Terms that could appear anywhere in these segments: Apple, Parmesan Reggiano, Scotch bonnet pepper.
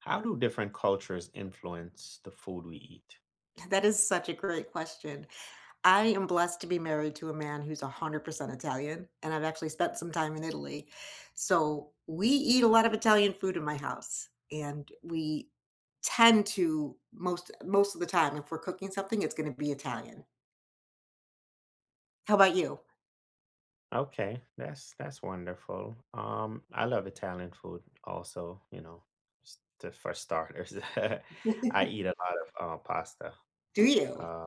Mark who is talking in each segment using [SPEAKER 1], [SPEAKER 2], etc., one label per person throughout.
[SPEAKER 1] How do different cultures influence the food we eat?
[SPEAKER 2] That is such a great question. I am blessed to be married to a man who's 100% Italian, and I've actually spent some time in Italy. So we eat a lot of Italian food in my house, and we tend to most of the time, if we're cooking something, it's going to be Italian. How about you?
[SPEAKER 1] Okay, that's wonderful. I love Italian food also, for starters. I eat a lot of pasta.
[SPEAKER 2] Do you?
[SPEAKER 1] Uh,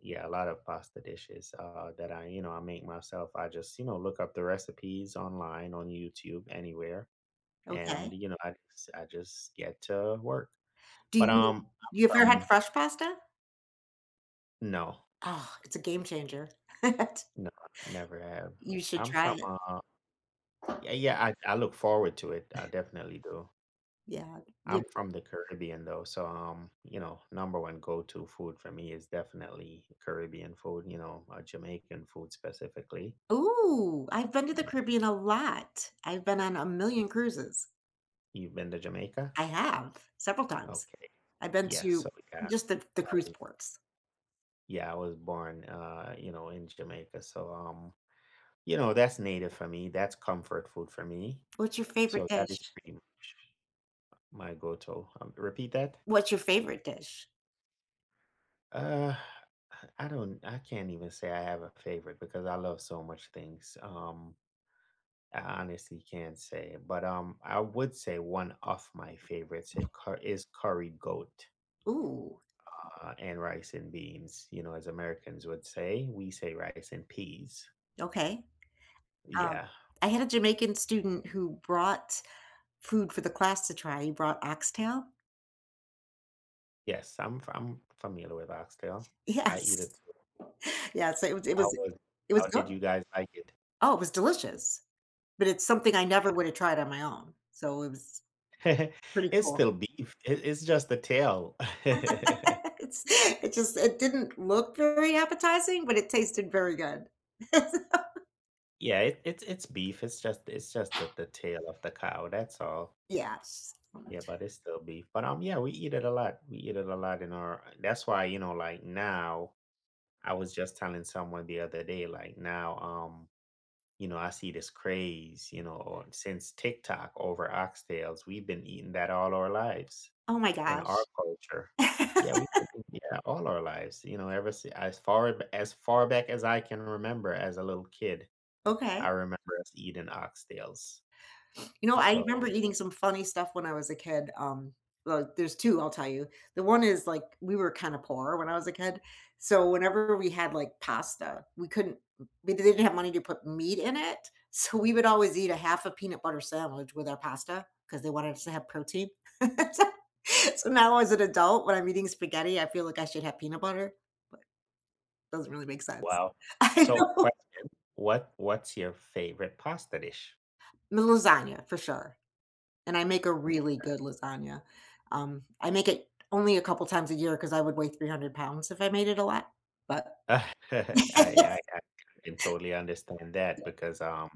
[SPEAKER 1] yeah, a lot of pasta dishes that I make myself. I just, look up the recipes online on YouTube, anywhere, and
[SPEAKER 2] Okay.
[SPEAKER 1] I just get to work.
[SPEAKER 2] Do
[SPEAKER 1] But
[SPEAKER 2] you You
[SPEAKER 1] I'm
[SPEAKER 2] ever had
[SPEAKER 1] from.
[SPEAKER 2] fresh pasta?
[SPEAKER 1] No,
[SPEAKER 2] Oh, it's a game changer.
[SPEAKER 1] no, never have.
[SPEAKER 2] You should
[SPEAKER 1] I'm
[SPEAKER 2] try
[SPEAKER 1] from
[SPEAKER 2] it.
[SPEAKER 1] uh. Yeah, yeah, I look forward to it. I definitely do.
[SPEAKER 2] Yeah.
[SPEAKER 1] I'm from the Caribbean though, so number one go-to food for me is definitely Caribbean food, Jamaican food specifically.
[SPEAKER 2] Ooh, I've been to
[SPEAKER 1] And
[SPEAKER 2] the Caribbean a lot. I've been on a million cruises.
[SPEAKER 1] you've been to Jamaica?
[SPEAKER 2] I have, several times.
[SPEAKER 1] Okay.
[SPEAKER 2] I've been
[SPEAKER 1] Yes,
[SPEAKER 2] to
[SPEAKER 1] so yeah,
[SPEAKER 2] just the
[SPEAKER 1] I
[SPEAKER 2] cruise
[SPEAKER 1] was
[SPEAKER 2] ports.
[SPEAKER 1] yeah, I was born in Jamaica. So that's native for me. That's comfort food for me.
[SPEAKER 2] What's your favorite
[SPEAKER 1] So that is
[SPEAKER 2] dish?
[SPEAKER 1] pretty much my go-to. Repeat that?
[SPEAKER 2] What's your favorite dish?
[SPEAKER 1] Uh, I can't even say I have a favorite because I love so much things. I honestly can't say, but I would say one of my favorites is curry goat
[SPEAKER 2] Ooh,
[SPEAKER 1] and rice and beans. You know, as Americans would say, we say rice and peas.
[SPEAKER 2] okay. Um,
[SPEAKER 1] Yeah,
[SPEAKER 2] I had a Jamaican student who brought food for the class to try. He brought oxtail.
[SPEAKER 1] yes, I'm familiar with oxtail. I eat
[SPEAKER 2] Yes.
[SPEAKER 1] it.
[SPEAKER 2] Yeah, so it was it
[SPEAKER 1] How
[SPEAKER 2] was
[SPEAKER 1] was?
[SPEAKER 2] it was
[SPEAKER 1] How
[SPEAKER 2] good.
[SPEAKER 1] did you guys like it?
[SPEAKER 2] Oh, it was delicious, but it's something I never would have tried on my own, so it was
[SPEAKER 1] Yeah.
[SPEAKER 2] pretty
[SPEAKER 1] It's
[SPEAKER 2] cool.
[SPEAKER 1] still beef. It's just the tail.
[SPEAKER 2] It's it just it didn't look very appetizing, but it tasted very good.
[SPEAKER 1] Yeah, it's beef. It's just the tail of the cow. That's all.
[SPEAKER 2] Yes.
[SPEAKER 1] Yeah, but it's still beef. But yeah, we eat it a lot. We eat it a lot in our. That's why like now, I was just telling someone the other day, like now, I see this craze, since TikTok over oxtails, we've been eating that all our lives
[SPEAKER 2] Oh my
[SPEAKER 1] in our
[SPEAKER 2] gosh.
[SPEAKER 1] culture. Yeah, we did. Yeah, all our lives. You know, ever si- as far b- as far back as I can remember as a little kid I
[SPEAKER 2] Okay.
[SPEAKER 1] remember us eating oxtails.
[SPEAKER 2] You know, I
[SPEAKER 1] So,
[SPEAKER 2] remember eating some funny stuff when I was a kid, well, there's two, I'll tell you. The one is, like, we were kinda poor when I was a kid, so whenever we had, like, pasta, we didn't have money to put meat in it, so we would always eat a half a peanut butter sandwich with our pasta because they wanted us to have protein. So so now as an adult, when I'm eating spaghetti, I feel like I should have peanut butter, but it doesn't really make sense.
[SPEAKER 1] wow.
[SPEAKER 2] I
[SPEAKER 1] So,
[SPEAKER 2] know.
[SPEAKER 1] question, what's your favorite pasta dish?
[SPEAKER 2] Lasagna, for sure. And I make a really good lasagna. I make it only a couple times a year because I would weigh 300 pounds if I made it a lot, but
[SPEAKER 1] I I I can totally understand that because um,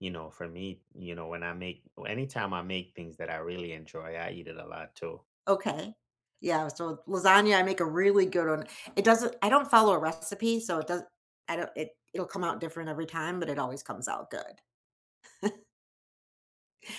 [SPEAKER 1] you know, for me, when I make anytime I make things that I really enjoy, I eat it a lot too.
[SPEAKER 2] okay. Yeah, so lasagna, I make a really good one. It doesn't I don't follow a recipe, so it doesn't I don't it it'll come out different every time, but it always comes out good.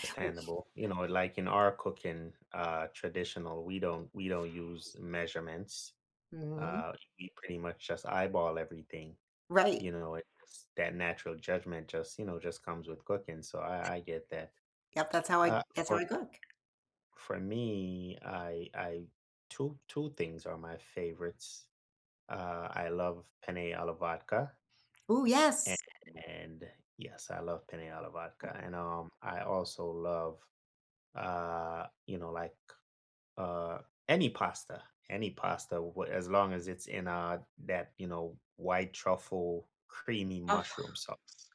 [SPEAKER 1] Understandable. Like in our cooking, traditional, we don't use measurements.
[SPEAKER 2] Mhm.
[SPEAKER 1] Uh we pretty much just eyeball everything.
[SPEAKER 2] Right.
[SPEAKER 1] It just that natural judgment just, just comes with cooking, so I get that.
[SPEAKER 2] Yep,
[SPEAKER 1] Uh,
[SPEAKER 2] that's how
[SPEAKER 1] for
[SPEAKER 2] I cook.
[SPEAKER 1] for me, I 2 things are my favorites. I love penne alla vodka,
[SPEAKER 2] Oh
[SPEAKER 1] and
[SPEAKER 2] yes.
[SPEAKER 1] and yes, I love penne alla vodka, and, I also love, like, uh, any pasta, any pasta, wha as long as it's in, that, white truffle creamy
[SPEAKER 2] Oh,
[SPEAKER 1] mushroom sauce.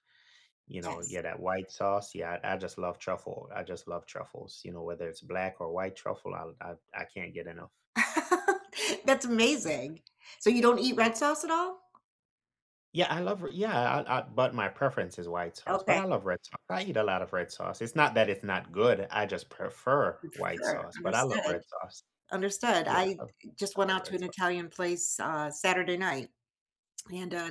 [SPEAKER 2] yes.
[SPEAKER 1] Yeah, that white sauce. Yeah, I just love truffle. I just love truffles. Whether it's black or white truffle, I can't get enough.
[SPEAKER 2] That's
[SPEAKER 1] Yeah,
[SPEAKER 2] amazing. So you don't eat red sauce at all?
[SPEAKER 1] yeah, I love. Yeah, but my preference is white sauce. But
[SPEAKER 2] Okay,
[SPEAKER 1] I love red sauce. I eat a lot of red sauce. It's not that it's not good. I just prefer white
[SPEAKER 2] sure,
[SPEAKER 1] sauce. But I love red
[SPEAKER 2] understood.
[SPEAKER 1] sauce.
[SPEAKER 2] Understood.
[SPEAKER 1] Yeah,
[SPEAKER 2] I
[SPEAKER 1] I love,
[SPEAKER 2] just
[SPEAKER 1] I
[SPEAKER 2] went
[SPEAKER 1] love
[SPEAKER 2] out to
[SPEAKER 1] red
[SPEAKER 2] an
[SPEAKER 1] sauce.
[SPEAKER 2] Italian place, Saturday night, and,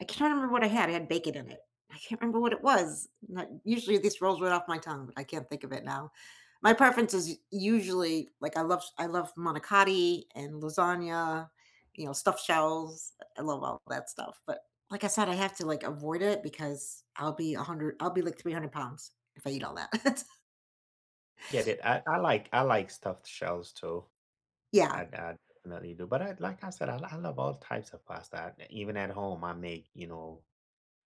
[SPEAKER 2] I cannot remember what I had. I had bacon in it. I can't remember what it was. Not usually this rolls right off my tongue, but I can't think of it now. My preference is usually like I love manicotti and lasagna, you know, stuffed shells. I love all that stuff, but like I said, I have to, like, avoid it because I'll be like 300 pounds if I eat all that.
[SPEAKER 1] Get it? I like stuffed shells too.
[SPEAKER 2] Yeah.
[SPEAKER 1] I definitely do. But like I said, I love all types of pasta. Even at home, I make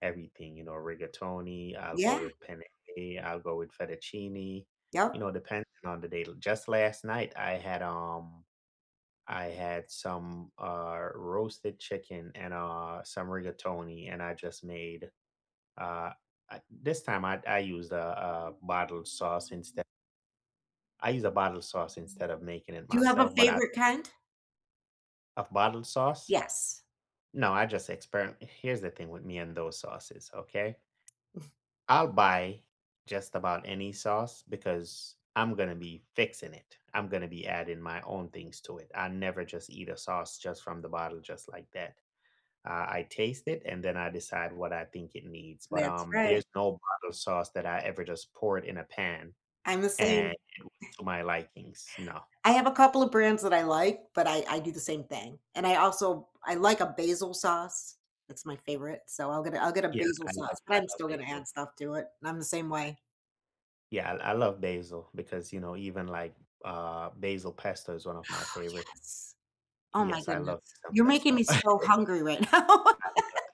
[SPEAKER 1] everything, rigatoni, I'll go
[SPEAKER 2] Yeah.
[SPEAKER 1] with penne, I'll go with fettuccine,
[SPEAKER 2] Yep.
[SPEAKER 1] depending on the day. Just last night I had some roasted chicken and some rigatoni and I just made uh I, this time I used a bottled sauce instead. I use a bottled sauce instead of making it
[SPEAKER 2] Do you have a
[SPEAKER 1] myself, but I.
[SPEAKER 2] favorite kind?
[SPEAKER 1] Of bottled sauce.
[SPEAKER 2] Yes.
[SPEAKER 1] No, I just experiment. Here's the thing with me and those sauces, okay? I'll buy just about any sauce because I'm going to be fixing it. I'm going to be adding my own things to it. I never just eat a sauce just from the bottle, just like that. I taste it and then I decide what I think it needs. But
[SPEAKER 2] That's right.
[SPEAKER 1] there's no bottle sauce that I ever just pour it in a pan
[SPEAKER 2] I'm the
[SPEAKER 1] and
[SPEAKER 2] same.
[SPEAKER 1] to my likings. No.
[SPEAKER 2] I have a couple of brands that I like, but I do the same thing, and I also I like a basil sauce. That's my favorite, so I'll get a
[SPEAKER 1] Yeah,
[SPEAKER 2] basil
[SPEAKER 1] I love
[SPEAKER 2] sauce, but
[SPEAKER 1] I
[SPEAKER 2] I'm
[SPEAKER 1] love
[SPEAKER 2] still gonna
[SPEAKER 1] basil.
[SPEAKER 2] add stuff to it, and I'm the same way.
[SPEAKER 1] Yeah, I love basil because even like basil pesto is one of my favorite.
[SPEAKER 2] Yes. Oh my
[SPEAKER 1] Yes, I
[SPEAKER 2] goodness.
[SPEAKER 1] love me some
[SPEAKER 2] You're making me
[SPEAKER 1] pesto.
[SPEAKER 2] so hungry right now.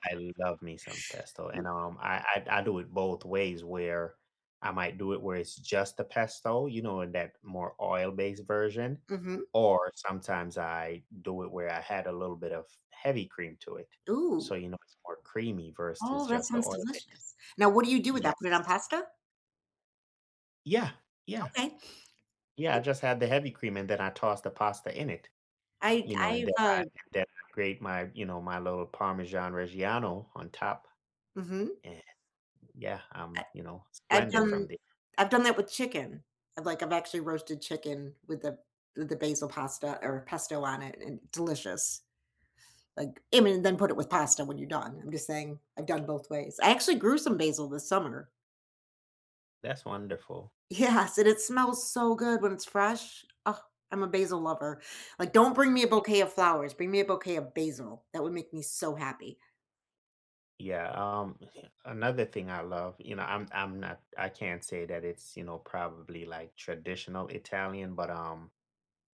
[SPEAKER 1] I love me some pesto,
[SPEAKER 2] Mm.
[SPEAKER 1] and, I do it both ways where I might do it where it's just the pesto, in that more oil-based version,
[SPEAKER 2] Mhm.
[SPEAKER 1] or sometimes I do it where I had a little bit of heavy cream to it, so,
[SPEAKER 2] Ooh.
[SPEAKER 1] it's more creamy versus
[SPEAKER 2] Oh, that
[SPEAKER 1] just the
[SPEAKER 2] sounds
[SPEAKER 1] oil-based.
[SPEAKER 2] delicious. Now what do you do with that? Put it on
[SPEAKER 1] Yes.
[SPEAKER 2] pasta?
[SPEAKER 1] Yeah, yeah,
[SPEAKER 2] Okay.
[SPEAKER 1] yeah, I just had the heavy cream, and then I tossed the pasta in it,
[SPEAKER 2] I
[SPEAKER 1] and
[SPEAKER 2] I've,
[SPEAKER 1] then I
[SPEAKER 2] uh
[SPEAKER 1] and then I grate my little Parmesan Reggiano on top,
[SPEAKER 2] mhm.
[SPEAKER 1] and yeah,
[SPEAKER 2] I I've
[SPEAKER 1] splendid from
[SPEAKER 2] done
[SPEAKER 1] there.
[SPEAKER 2] I've done that with chicken. I've, like, I've actually roasted chicken with the basil pasta or pesto on it, and delicious. Like, I mean, then put it with pasta when you're done. I'm just saying I've done both ways. I actually grew some basil this summer.
[SPEAKER 1] That's wonderful.
[SPEAKER 2] Yes, and it smells so good when it's fresh. Oh, I'm a basil lover. Like, don't bring me a
[SPEAKER 1] Yeah,
[SPEAKER 2] bouquet of flowers, bring me a bouquet of basil. That would make me so happy.
[SPEAKER 1] yeah. Yeah, another thing I love, I'm not I can't say that it's, probably like traditional Italian, but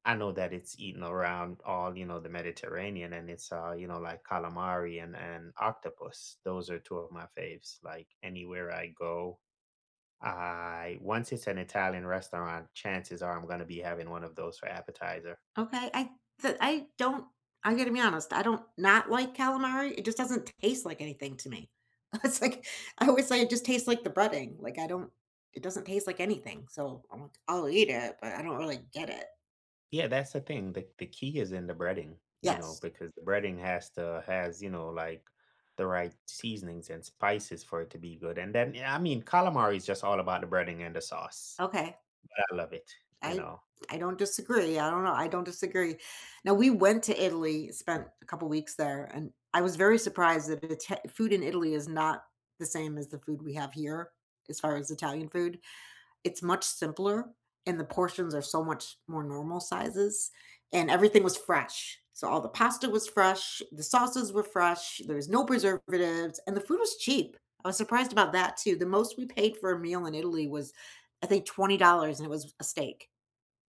[SPEAKER 1] I know that it's eaten around all, the Mediterranean and it's like calamari and octopus. Those are two of my faves. Like anywhere I go, I once it's an Italian restaurant, chances are I'm going to be having one of those for appetizer.
[SPEAKER 2] Okay, I don't I gotta be honest, I don't not like calamari, it just doesn't taste like anything to me. It's like, I always say it just tastes like the breading, like, I don't it doesn't taste like anything, so I'm like, "I'll eat it, but I don't really get it."
[SPEAKER 1] Yeah, that's the thing. The key is in the breading,
[SPEAKER 2] Yes.
[SPEAKER 1] because the breading has, like the right seasonings and spices for it to be good. And then yeah, I mean, calamari is just all about the breading and the sauce.
[SPEAKER 2] Okay.
[SPEAKER 1] But I love it, you
[SPEAKER 2] I
[SPEAKER 1] know.
[SPEAKER 2] I don't disagree, I don't know, I don't disagree. Now, we went to Italy, spent a couple weeks there, and I was very surprised that the food in Italy is not the same as the food we have here, as far as Italian food. It's much simpler and the portions are so much more normal sizes and everything was fresh. So all the pasta was fresh, the sauces were fresh, there was no preservatives, and the food was cheap. I was surprised about that too. The most we paid for a meal in Italy was I think $20 and it was a steak.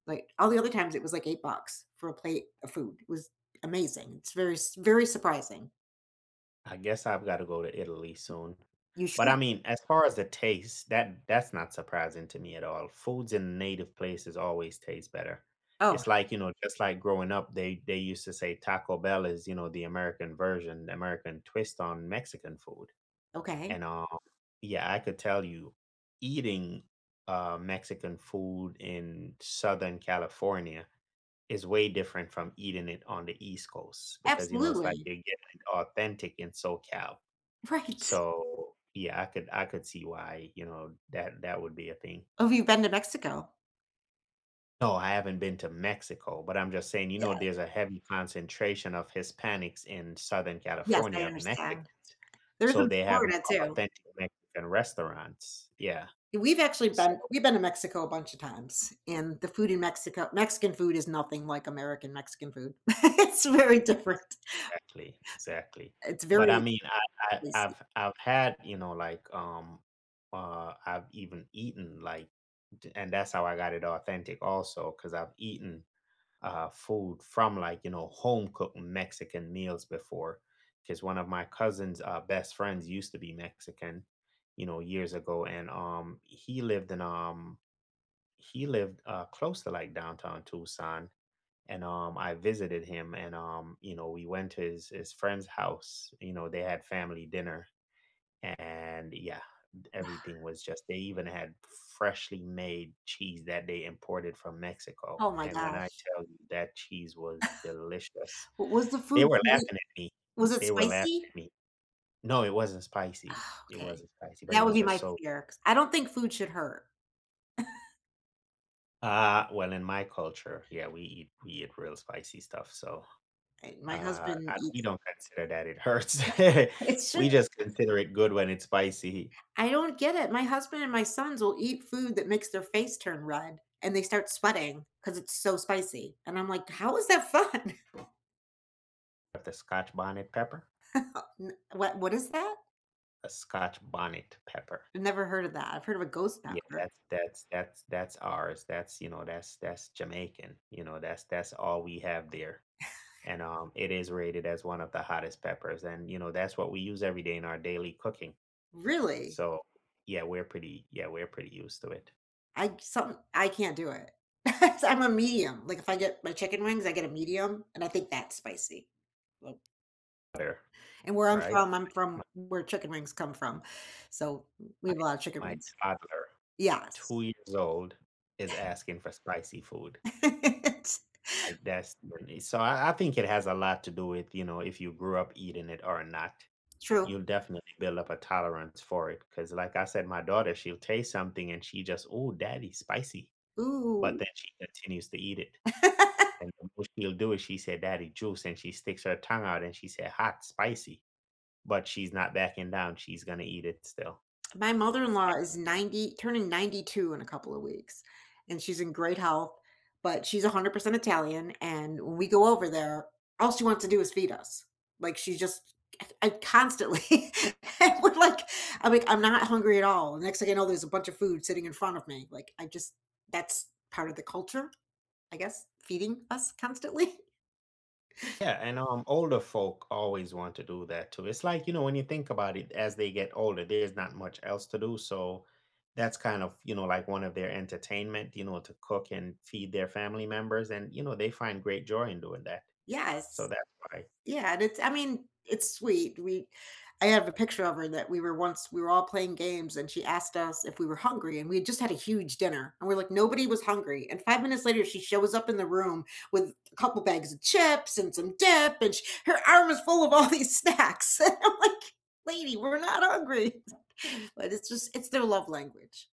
[SPEAKER 2] Like all the other times it was like 8 bucks for a plate of food. It was amazing. Very surprising.
[SPEAKER 1] I guess I've got to go to Italy soon.
[SPEAKER 2] You
[SPEAKER 1] But I
[SPEAKER 2] should.
[SPEAKER 1] mean, as far as the taste, that's not surprising to me at all. Foods in native places always taste better.
[SPEAKER 2] Oh,
[SPEAKER 1] It's like, just like growing up, they used to say Taco Bell is, you know, the American version, the American twist on Mexican food.
[SPEAKER 2] okay.
[SPEAKER 1] And yeah, I could tell you, eating Mexican food in Southern California is way different from eating it on the East Coast because it's like
[SPEAKER 2] Absolutely.
[SPEAKER 1] you're getting it authentic in SoCal.
[SPEAKER 2] Right.
[SPEAKER 1] So yeah, I could see why that would be a thing.
[SPEAKER 2] Oh, have you been to Mexico?
[SPEAKER 1] No, I haven't been to Mexico, but I'm just saying,
[SPEAKER 2] Yeah.
[SPEAKER 1] there's a heavy concentration of Hispanics in Southern
[SPEAKER 2] Yes, I
[SPEAKER 1] California of Mexicans,
[SPEAKER 2] understand. There's
[SPEAKER 1] so
[SPEAKER 2] in
[SPEAKER 1] they have more
[SPEAKER 2] Florida too.
[SPEAKER 1] authentic Mexican restaurants. Yeah,
[SPEAKER 2] We've actually
[SPEAKER 1] so
[SPEAKER 2] been we've been to Mexico a bunch of times, and the food in Mexico Mexican food is nothing like American Mexican food. It's very different.
[SPEAKER 1] exactly, exactly.
[SPEAKER 2] It's
[SPEAKER 1] But I
[SPEAKER 2] very
[SPEAKER 1] mean, I, I
[SPEAKER 2] spicy.
[SPEAKER 1] I've I've had I've even eaten like, and that's how I got it authentic also because I've eaten food from like home cooked Mexican meals before because one of my cousin's best friends used to be Mexican, years ago, and he lived close to like downtown Tucson and I visited him and we went to his friend's house. They had family dinner and yeah everything was just they even had freshly made cheese that they imported from Mexico,
[SPEAKER 2] Oh my
[SPEAKER 1] and when I
[SPEAKER 2] gosh.
[SPEAKER 1] tell you that cheese was delicious,
[SPEAKER 2] W was the
[SPEAKER 1] they
[SPEAKER 2] food
[SPEAKER 1] were
[SPEAKER 2] really
[SPEAKER 1] laughing at me,
[SPEAKER 2] was it
[SPEAKER 1] they were laughing
[SPEAKER 2] spicy?
[SPEAKER 1] at me. No, it wasn't spicy, it
[SPEAKER 2] Okay.
[SPEAKER 1] wasn't spicy, but it
[SPEAKER 2] That would
[SPEAKER 1] was
[SPEAKER 2] be
[SPEAKER 1] just
[SPEAKER 2] my
[SPEAKER 1] so.
[SPEAKER 2] fear, 'cause I don't think food should hurt.
[SPEAKER 1] Well, in my culture, yeah, we eat real spicy stuff, so
[SPEAKER 2] I my husband
[SPEAKER 1] And we
[SPEAKER 2] eats
[SPEAKER 1] don't consider that it hurts.
[SPEAKER 2] it should.
[SPEAKER 1] We just consider it good when it's spicy.
[SPEAKER 2] I don't get it. My husband and my sons will eat food that makes their face turn red, and they start sweating because it's so spicy, and I'm like, "How is that fun?"
[SPEAKER 1] The Scotch bonnet pepper?
[SPEAKER 2] Oh, n what is that?
[SPEAKER 1] A Scotch bonnet pepper.
[SPEAKER 2] I've never heard of that. I've heard of a ghost
[SPEAKER 1] Yeah,
[SPEAKER 2] pepper.
[SPEAKER 1] that's ours. That's Jamaican. That's all we have there. And it is rated as one of the hottest peppers. And that's what we use every day in our daily cooking.
[SPEAKER 2] Really?
[SPEAKER 1] So yeah, we're pretty used to it.
[SPEAKER 2] I can't do it. I'm a medium. Like, if I get my chicken wings, I get a medium, and I think that's spicy. Nope.
[SPEAKER 1] Butter,
[SPEAKER 2] And where
[SPEAKER 1] right?
[SPEAKER 2] I'm
[SPEAKER 1] My
[SPEAKER 2] from where chicken wings come from, so we have a lot of chicken
[SPEAKER 1] my
[SPEAKER 2] wings.
[SPEAKER 1] toddler
[SPEAKER 2] Yes.
[SPEAKER 1] 2 years old is asking for spicy food. Like, that's so I think it has a lot to do with, you know, if you grew up eating it or not.
[SPEAKER 2] It's true.
[SPEAKER 1] You'll definitely build up a tolerance for it. Cause like I said, my daughter, she'll taste something and she just, "Oh daddy, spicy," but then
[SPEAKER 2] Ooh.
[SPEAKER 1] she continues to eat it, and the most she'll do is she said, "Daddy, juice," and she sticks her tongue out and she said, "Hot, spicy," but she's not backing down. She's gonna eat it still.
[SPEAKER 2] My mother-in-law is 90 turning 92 in a couple of weeks, and she's in great health, but she's 100% Italian, and when we go over there, all she wants to do is feed us. Like, she just I constantly I would like I'm like, "I'm not hungry at all." The next thing I know, there's a bunch of food sitting in front of me. Like, I just that's part of the culture, I guess, feeding us constantly.
[SPEAKER 1] Yeah, and older folk always want to do that too. It's like, when you think about it, as they get older, there's not much else to do. So that's kind of, like one of their entertainment, to cook and feed their family members. And, they find great joy in doing that. So
[SPEAKER 2] Yes.
[SPEAKER 1] that's why it's
[SPEAKER 2] Yeah, and it's I mean, it's sweet. We I have a picture of her that we were all playing games, and she asked us if we were hungry, and we had just had a huge dinner, and we're like, nobody was hungry. And 5 minutes later, she shows up in the room with a couple bags of chips and some dip, and she, her arm is full of all these snacks. And I'm like, lady, we're not hungry. But it's just it's their love language.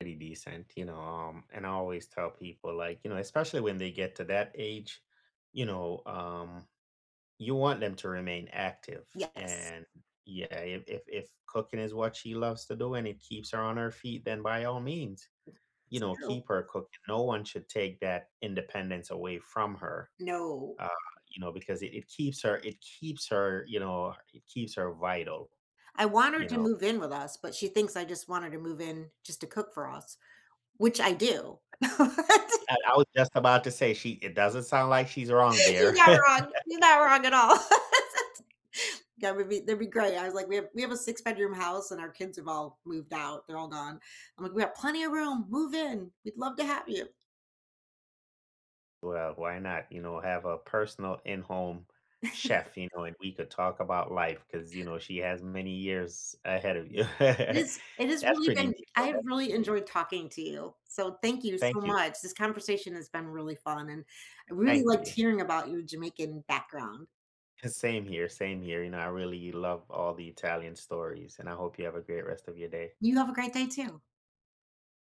[SPEAKER 1] pretty decent. And I always tell people, like, especially when they get to that age, you know, um, You want them to remain active,
[SPEAKER 2] Yes,
[SPEAKER 1] and yeah, if cooking is what she loves to do and it keeps her on her feet, then by all means, you
[SPEAKER 2] it's
[SPEAKER 1] know,
[SPEAKER 2] true.
[SPEAKER 1] keep her cooking. No one should take that independence away from her,
[SPEAKER 2] No.
[SPEAKER 1] uh, because it keeps her, it keeps her, it keeps her vital.
[SPEAKER 2] I want her
[SPEAKER 1] You
[SPEAKER 2] to
[SPEAKER 1] know,
[SPEAKER 2] move in with us, but she thinks I just want her to move in just to cook for us. Which I do. You're
[SPEAKER 1] I was just about to say she. It doesn't sound like she's wrong there.
[SPEAKER 2] not wrong. You're not wrong at all. That would be that'd be great. I was like, we have a six-bedroom house and our kids have all moved out. They're all gone. I'm like, we have plenty of room. Move in. We'd love to have you.
[SPEAKER 1] Well, why not? You know, have a personal in-home chef, you know, and we could talk about life because, you know, she has many years ahead of you.
[SPEAKER 2] It is it has
[SPEAKER 1] That's
[SPEAKER 2] really
[SPEAKER 1] pretty
[SPEAKER 2] been
[SPEAKER 1] neat,
[SPEAKER 2] I
[SPEAKER 1] though.
[SPEAKER 2] have
[SPEAKER 1] That's
[SPEAKER 2] really
[SPEAKER 1] pretty neat.
[SPEAKER 2] enjoyed talking to you. So thank you so
[SPEAKER 1] Thank you.
[SPEAKER 2] much. This conversation has been really fun and I really
[SPEAKER 1] Thank
[SPEAKER 2] liked
[SPEAKER 1] you.
[SPEAKER 2] hearing about your Jamaican background.
[SPEAKER 1] Same here. Same here. You know, I really love all the Italian stories, and I hope you have a great rest of your day.
[SPEAKER 2] You have a great day too.